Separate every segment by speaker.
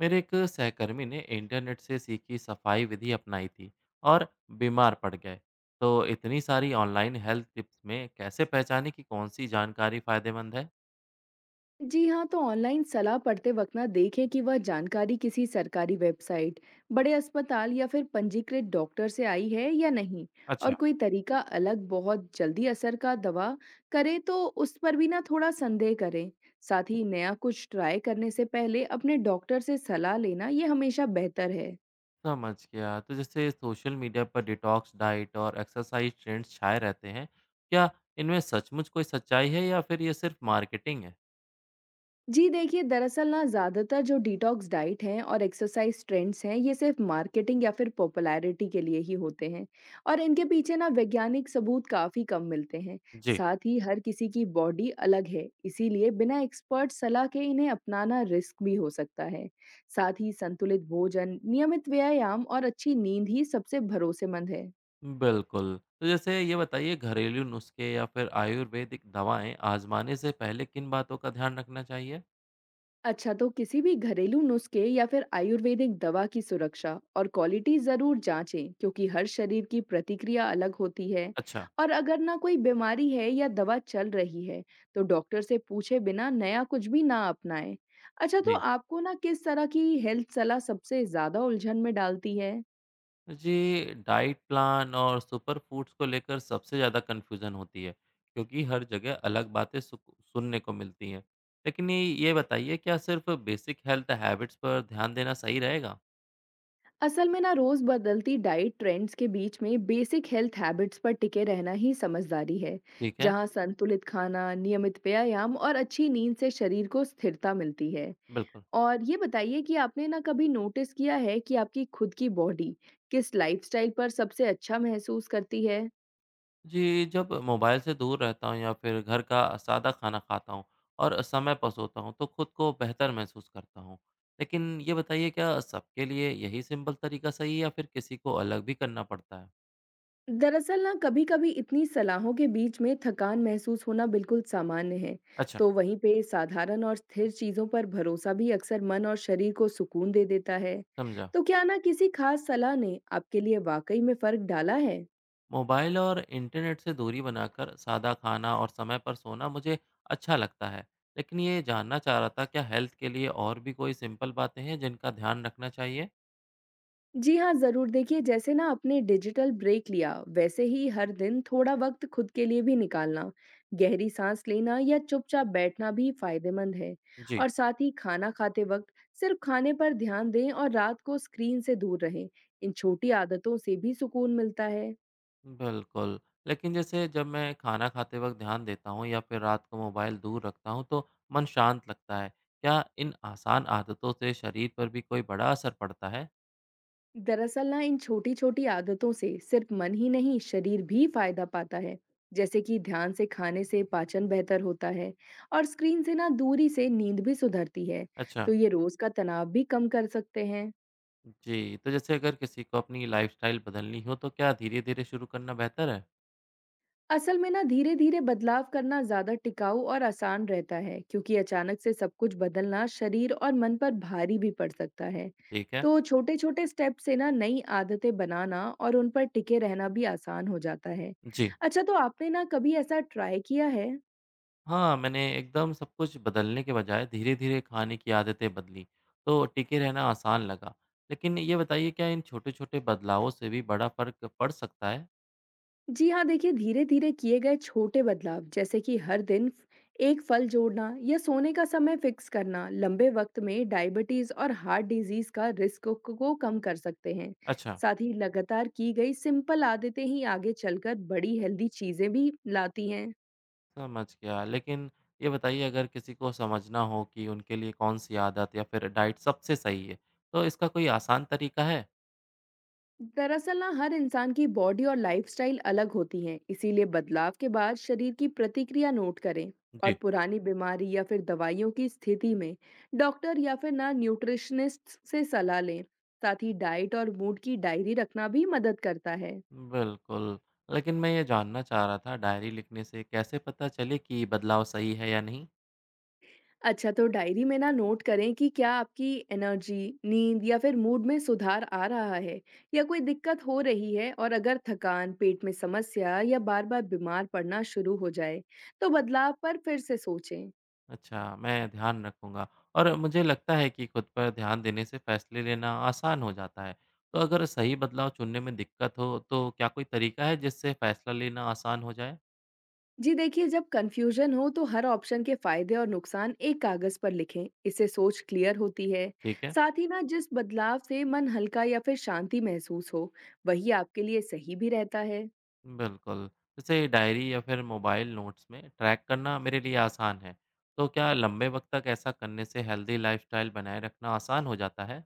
Speaker 1: मेरे एक सहकर्मी ने इंटरनेट से सीखी सफाई विधि अपनाई थी और बीमार पड़ गए। तो इतनी सारी ऑनलाइन हेल्थ टिप्स में कैसे पहचाने कि कौन सी जानकारी फायदेमंद है।
Speaker 2: जी हाँ, तो ऑनलाइन सलाह पढ़ते वक्त ना देखें कि वह जानकारी किसी सरकारी वेबसाइट, बड़े अस्पताल या फिर पंजीकृत डॉक्टर से आई है या नहीं। और
Speaker 1: अच्छा,
Speaker 2: कोई तरीका अलग बहुत जल्दी असर का दवा करे तो उस पर भी ना थोड़ा संदेह करें। साथ ही नया कुछ ट्राई करने से पहले अपने डॉक्टर से सलाह लेना ये हमेशा बेहतर है।
Speaker 1: समझ गया। तो जैसे सोशल मीडिया पर डिटॉक्स डाइट और एक्सरसाइज ट्रेंड्स छाए रहते हैं, क्या इनमें सचमुच कोई सच्चाई है या फिर ये सिर्फ मार्केटिंग है।
Speaker 2: जी देखिए, दरअसल ना ज़्यादातर जो डिटॉक्स डाइट हैं और एक्सरसाइज ट्रेंड्स हैं, ये सिर्फ मार्केटिंग या फिर पॉपुलैरिटी के लिए ही होते हैं। और इनके पीछे ना वैज्ञानिक सबूत काफ़ी कम मिलते हैं।
Speaker 1: जी,
Speaker 2: साथ ही हर किसी की बॉडी अलग है, इसीलिए बिना एक्सपर्ट सलाह के इन्हें अपनाना रिस्क भी हो सकता है। साथ ही संतुलित भोजन, नियमित व्यायाम और अच्छी नींद ही सबसे भरोसेमंद है।
Speaker 1: बिल्कुल। तो जैसे ये बताइए, घरेलू नुस्खे या फिर आयुर्वेदिक दवाएं आजमाने से पहले किन बातों का ध्यान रखना चाहिए।
Speaker 2: अच्छा, तो किसी भी घरेलू नुस्खे या फिर आयुर्वेदिक दवा की सुरक्षा और क्वालिटी जरूर जांचें, क्योंकि हर शरीर की प्रतिक्रिया अलग होती है।
Speaker 1: अच्छा।
Speaker 2: और अगर ना कोई बीमारी है या दवा चल रही है, तो डॉक्टर से पूछे बिना नया कुछ भी ना अपनाएं। अच्छा, तो
Speaker 1: जी,
Speaker 2: आपको ना किस तरह की हेल्थ सलाह सबसे ज्यादा उलझन में डालती है?
Speaker 1: मुझे डाइट प्लान और सुपर फूड्स को लेकर सबसे ज़्यादा कन्फ्यूज़न होती है, क्योंकि हर जगह अलग बातें सुनने को मिलती हैं। लेकिन ये बताइए, क्या सिर्फ बेसिक हेल्थ हैबिट्स पर ध्यान देना सही रहेगा।
Speaker 2: असल में ना रोज बदलती डाइट ट्रेंड्स के बीच में बेसिक हेल्थ हैबिट्स पर टिके रहना ही समझदारी है,
Speaker 1: ठीक है।
Speaker 2: जहां संतुलित खाना, नियमित व्यायाम और अच्छी नींद से शरीर को स्थिरता मिलती है।
Speaker 1: बिल्कुल।
Speaker 2: और ये बताइए कि आपने ना कभी नोटिस किया है कि आपकी खुद की बॉडी किस लाइफस्टाइल पर सबसे अच्छा महसूस करती है?
Speaker 1: जी, जब मोबाइल से दूर रहता हूँ या फिर घर का सादा खाना खाता हूँ और समय पर सोता हूँ तो खुद को बेहतर महसूस करता हूँ। लेकिन ये बताइए, क्या सबके लिए यही सिंपल तरीका सही है या फिर किसी को अलग भी करना पड़ता है।
Speaker 2: दरअसल ना कभी-कभी इतनी सलाहों के बीच में थकान महसूस होना बिल्कुल सामान्य है।
Speaker 1: अच्छा।
Speaker 2: तो वहीं पे साधारण और स्थिर चीज़ों पर भरोसा भी अक्सर मन और शरीर को सुकून दे देता है।
Speaker 1: समझा।
Speaker 2: तो क्या ना किसी खास सलाह ने आपके लिए वाकई में फर्क डाला है?
Speaker 1: मोबाइल और इंटरनेट से दूरी बनाकर सादा खाना और समय पर सोना मुझे अच्छा लगता है। लेकिन ये जानना चाह रहा था, क्या हेल्थ के लिए और भी कोई सिंपल बातें हैं जिनका ध्यान रखना चाहिए।
Speaker 2: जी हाँ, ज़रूर देखिए, जैसे ना आपने डिजिटल ब्रेक लिया, वैसे ही हर दिन थोड़ा वक्त खुद के लिए भी निकालना, गहरी सांस लेना या चुपचाप बैठना भी फायदेमंद है।
Speaker 1: जी।
Speaker 2: और साथ ही खाना खाते वक्त सिर्फ खाने पर ध्यान दें और रात को स्क्रीन से दूर रहें। इन छोटी आदतों से भी सुकून मिलता है।
Speaker 1: बिल्कुल। लेकिन जैसे जब मैं खाना खाते वक्त ध्यान देता हूँ या फिर रात को मोबाइल दूर रखता हूँ तो मन शांत लगता है। क्या इन आसान आदतों से शरीर पर भी कोई बड़ा असर पड़ता है।
Speaker 2: दरअसल ना इन छोटी छोटी आदतों से सिर्फ मन ही नहीं, शरीर भी फायदा पाता है। जैसे कि ध्यान से खाने से पाचन बेहतर होता है और स्क्रीन से ना दूरी से नींद भी सुधरती है।
Speaker 1: अच्छा।
Speaker 2: तो ये रोज का तनाव भी कम कर सकते हैं।
Speaker 1: जी, तो जैसे अगर किसी को अपनी लाइफस्टाइल बदलनी हो तो क्या धीरे धीरे शुरू करना बेहतर है।
Speaker 2: असल में ना धीरे धीरे बदलाव करना ज्यादा टिकाऊ और आसान रहता है, क्योंकि अचानक से सब कुछ बदलना शरीर और मन पर भारी भी पड़ सकता है।
Speaker 1: ठीक है।
Speaker 2: तो छोटे छोटे स्टेप से ना नई आदतें बनाना और उन पर टिके रहना भी आसान हो जाता है।
Speaker 1: जी
Speaker 2: अच्छा, तो आपने ना कभी ऐसा ट्राई किया है?
Speaker 1: हाँ, मैंने एकदम सब कुछ बदलने के बजाय धीरे-धीरे खाने की आदतें बदलीं, तो टिके रहना आसान लगा। लेकिन ये बताइए, क्या इन छोटे-छोटे बदलावों से भी बड़ा फ़र्क पड़ सकता है?
Speaker 2: जी हाँ देखिए, धीरे धीरे किए गए छोटे बदलाव, जैसे कि हर दिन एक फल जोड़ना या सोने का समय फिक्स करना, लंबे वक्त में डायबिटीज और हार्ट डिजीज का रिस्क को कम कर सकते हैं।
Speaker 1: अच्छा,
Speaker 2: साथ ही लगातार की गई सिंपल आदतें ही आगे चलकर बड़ी हेल्दी चीजें भी लाती हैं।
Speaker 1: समझ गया। लेकिन ये बताइए, अगर किसी को समझना हो कि उनके लिए कौन-सी आदत या फिर डाइट सबसे सही है, तो इसका कोई आसान तरीका है?
Speaker 2: दरअसल ना हर इंसान की बॉडी और लाइफस्टाइल अलग होती हैं, इसीलिए बदलाव के बाद शरीर की प्रतिक्रिया नोट करें। और
Speaker 1: जी,
Speaker 2: पुरानी बीमारी या फिर दवाइयों की स्थिति में डॉक्टर या फिर ना न्यूट्रिशनिस्ट से सलाह लें। साथ ही डाइट और मूड की डायरी रखना भी मदद करता है।
Speaker 1: बिल्कुल, लेकिन मैं ये जानना चाह रहा था, डायरी लिखने से कैसे पता चले कि बदलाव सही है या नहीं?
Speaker 2: अच्छा, तो डायरी में ना नोट करें कि क्या आपकी एनर्जी, नींद या फिर मूड में सुधार आ रहा है या कोई दिक्कत हो रही है। और अगर थकान, पेट में समस्या या बार-बार बीमार पड़ना शुरू हो जाए, तो बदलाव पर फिर से सोचें।
Speaker 1: अच्छा, मैं ध्यान रखूँगा और मुझे लगता है कि खुद पर ध्यान देने से फैसले लेना आसान हो जाता है। तो अगर सही बदलाव चुनने में दिक्कत हो, तो क्या कोई तरीका है जिससे फैसला लेना आसान हो जाए?
Speaker 2: जी देखिए, जब कंफ्यूजन हो तो हर ऑप्शन के फायदे और नुकसान एक कागज पर लिखें। इससे सोच क्लियर होती है।
Speaker 1: ठीक है,
Speaker 2: साथ ही ना जिस बदलाव से मन हल्का या फिर शांति महसूस हो, वही आपके लिए सही भी रहता है।
Speaker 1: बिल्कुल। जैसे डायरी या फिर मोबाइल नोट्स में ट्रैक करना मेरे लिए आसान है। तो क्या लंबे वक़्त तक ऐसा करने से हेल्दी लाइफ़स्टाइल बनाए रखना आसान हो जाता है?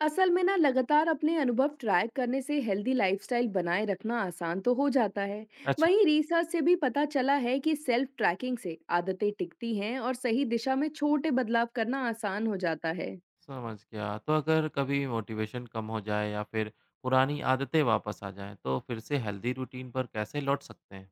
Speaker 2: असल में ना लगातार अपने अनुभव ट्रैक करने से हेल्दी लाइफस्टाइल बनाए रखना आसान तो हो जाता है।
Speaker 1: अच्छा।
Speaker 2: वहीं रिसर्च से भी पता चला है कि सेल्फ ट्रैकिंग से आदतें टिकती हैं और सही दिशा में छोटे बदलाव करना आसान हो जाता है।
Speaker 1: समझ गया। तो अगर कभी मोटिवेशन कम हो जाए या फिर पुरानी आदतें वापस आ जाएँ, तो फिर से हेल्दी रूटीन पर कैसे लौट सकते हैं?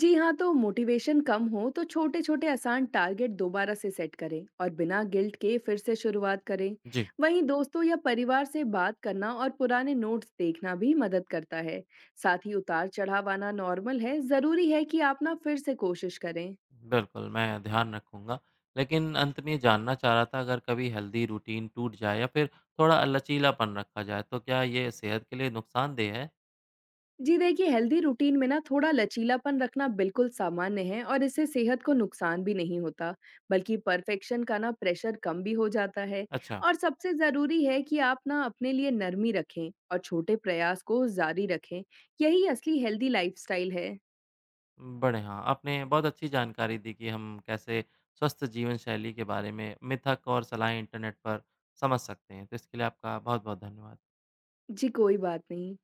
Speaker 2: जी हाँ, तो मोटिवेशन कम हो तो छोटे छोटे आसान टारगेट दोबारा से सेट करें और बिना गिल्ट के फिर से शुरुआत करें।
Speaker 1: जी,
Speaker 2: वहीं दोस्तों या परिवार से बात करना और पुराने नोट्स देखना भी मदद करता है। साथ ही उतार चढ़ाव आना नॉर्मल है, जरूरी है कि आप ना फिर से कोशिश करें।
Speaker 1: बिल्कुल, मैं ध्यान रखूँगा। लेकिन अंत में ये जानना चाह रहा था, अगर कभी हेल्दी रूटीन टूट जाए या फिर थोड़ा लचीलापन रखा जाए, तो क्या ये सेहत के लिए नुकसानदेह है?
Speaker 2: जी देखिए, हेल्दी रूटीन में ना थोड़ा लचीलापन रखना बिल्कुल सामान्य है और इससे सेहत को नुकसान भी नहीं होता, बल्कि परफेक्शन का ना प्रेशर कम भी हो जाता है।
Speaker 1: अच्छा,
Speaker 2: और सबसे जरूरी है कि आप ना अपने लिए नरमी रखें और छोटे प्रयास को जारी रखें। यही असली हेल्दी लाइफस्टाइल है।
Speaker 1: बड़े हाँ, आपने बहुत अच्छी जानकारी दी कि हम कैसे स्वस्थ जीवन शैली के बारे में मिथक और सलाहें इंटरनेट पर समझ सकते हैं। तो इसके लिए आपका बहुत-बहुत धन्यवाद।
Speaker 2: जी कोई बात नहीं।